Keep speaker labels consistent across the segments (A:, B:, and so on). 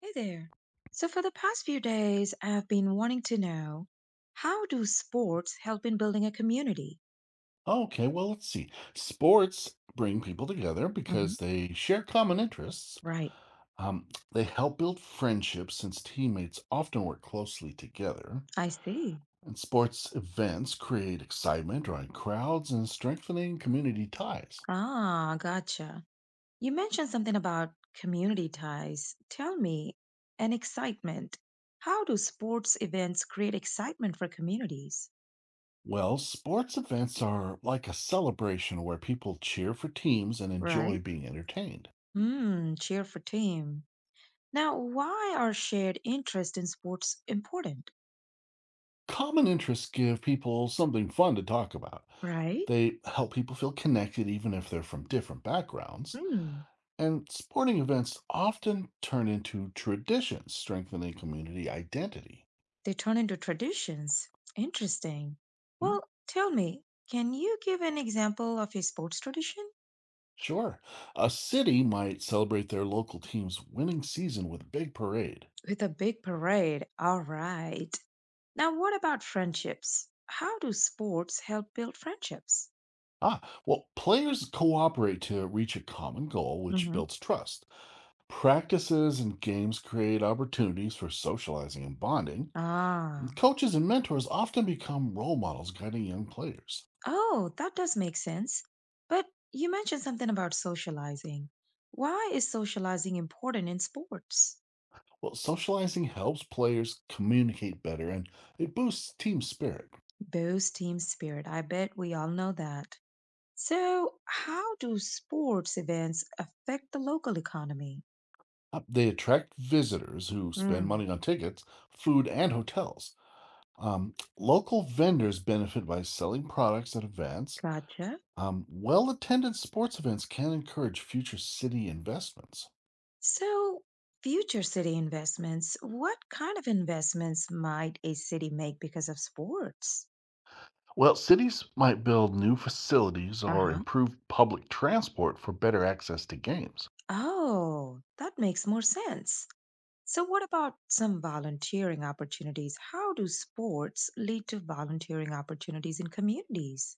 A: Hey there. For the past few days, I've been wanting to know, how do sports help in building a community?
B: Okay, well, let's see. Sports bring people together
A: Hmm.
B: because they share common interests.
A: Right.
B: They help build friendships since teammates often work closely together.
A: I see.
B: And sports events create excitement, drawing crowds and strengthening community ties.
A: Ah, gotcha. You mentioned something about community ties. Tell me, and excitement. How do sports events create excitement for communities?
B: Well, sports events are like a celebration where people cheer for teams and enjoy
A: Right.
B: being entertained.
A: Hmm, cheer for team. Now, why are shared interest in sports important?
B: Common interests give people something fun to talk about.
A: Right?
B: They help people feel connected even if they're from different backgrounds.
A: Hmm.
B: And sporting events often turn into traditions, strengthening community identity.
A: They turn into traditions. Interesting.
B: Hmm.
A: Well, tell me, can you give an example of a sports tradition?
B: Sure. A city might celebrate their local team's winning season with a big parade.
A: With a big parade. All right. Now, what about friendships? How do sports help build friendships?
B: Ah, well, players cooperate to reach a common goal, which
A: Hmm.
B: builds trust. Practices and games create opportunities for socializing and bonding. And
A: Ah.
B: coaches and mentors often become role models guiding young players.
A: Oh, that does make sense. But you mentioned something about socializing. Why is socializing important in sports?
B: Well, socializing helps players communicate better and it boosts team spirit.
A: Boosts team spirit. I bet we all know that. So, how do sports events affect the local economy?
B: They attract visitors who spend
A: Mm,
B: money on tickets, food, and hotels. Local vendors benefit by selling products at events.
A: gotcha.
B: Well attended sports events can encourage future city investments.
A: So, future city investments, what kind of investments might a city make because of sports?
B: Well, cities might build new facilities or
A: Uh-huh.
B: improve public transport for better access to games.
A: Oh, that makes more sense. So, what about some volunteering opportunities? How do sports lead to volunteering opportunities in communities?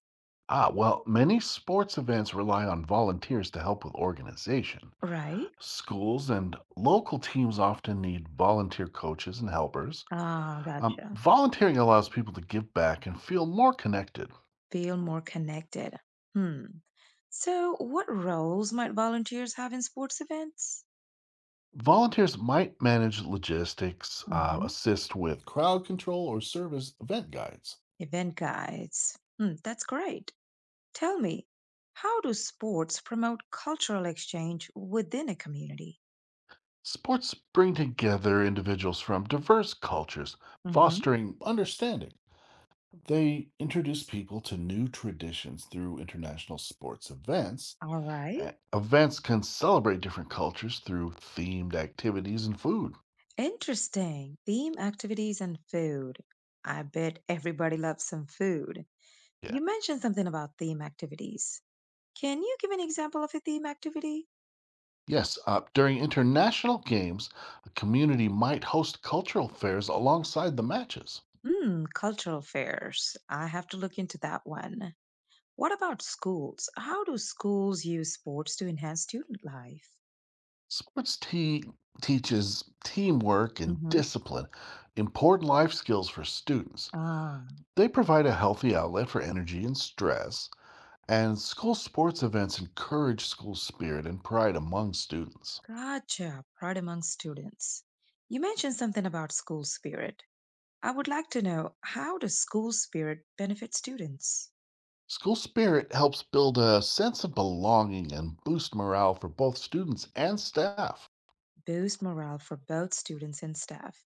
B: Well, many sports events rely on volunteers to help with organization.
A: Right.
B: Schools and local teams often need volunteer coaches and helpers.
A: Ah,
B: Um,
A: gotcha.
B: volunteering allows people to give back and feel more connected.
A: Feel more connected. Hmm. So, what roles might volunteers have in sports events?
B: Volunteers might manage logistics,
A: Hmm.
B: assist with crowd control, or serve as event guides.
A: Event guides. Hmm, that's great. Tell me, how do sports promote cultural exchange within a community?
B: Sports bring together individuals from diverse cultures,
A: Mm-hmm.
B: fostering understanding. They introduce people to new traditions through international sports events.
A: All right.
B: Events can celebrate different cultures through themed activities and food.
A: Interesting. Theme activities and food. I bet everybody loves some food.
B: Yeah.
A: You mentioned something about theme activities. Can you give an example of a theme activity?
B: Yes, during international games, a community might host cultural fairs alongside the matches.
A: Hmm, cultural fairs. I have to look into that one. What about schools? How do schools use sports to enhance student life?
B: Sports teaches teamwork and
A: Hmm.
B: discipline, important life skills for students.
A: Ah,
B: They provide a healthy outlet for energy and stress, and school sports events encourage school spirit and pride among students.
A: gotcha. Pride among students. You mentioned something about school spirit. I would like to know, how does school spirit benefit students?
B: School spirit helps build a sense of belonging and boost morale for both students and staff.
A: Boost morale for both students and staff.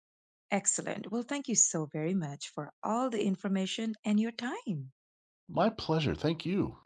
A: Excellent. Well, thank you so very much for all the information and your time.
B: My pleasure. Thank you.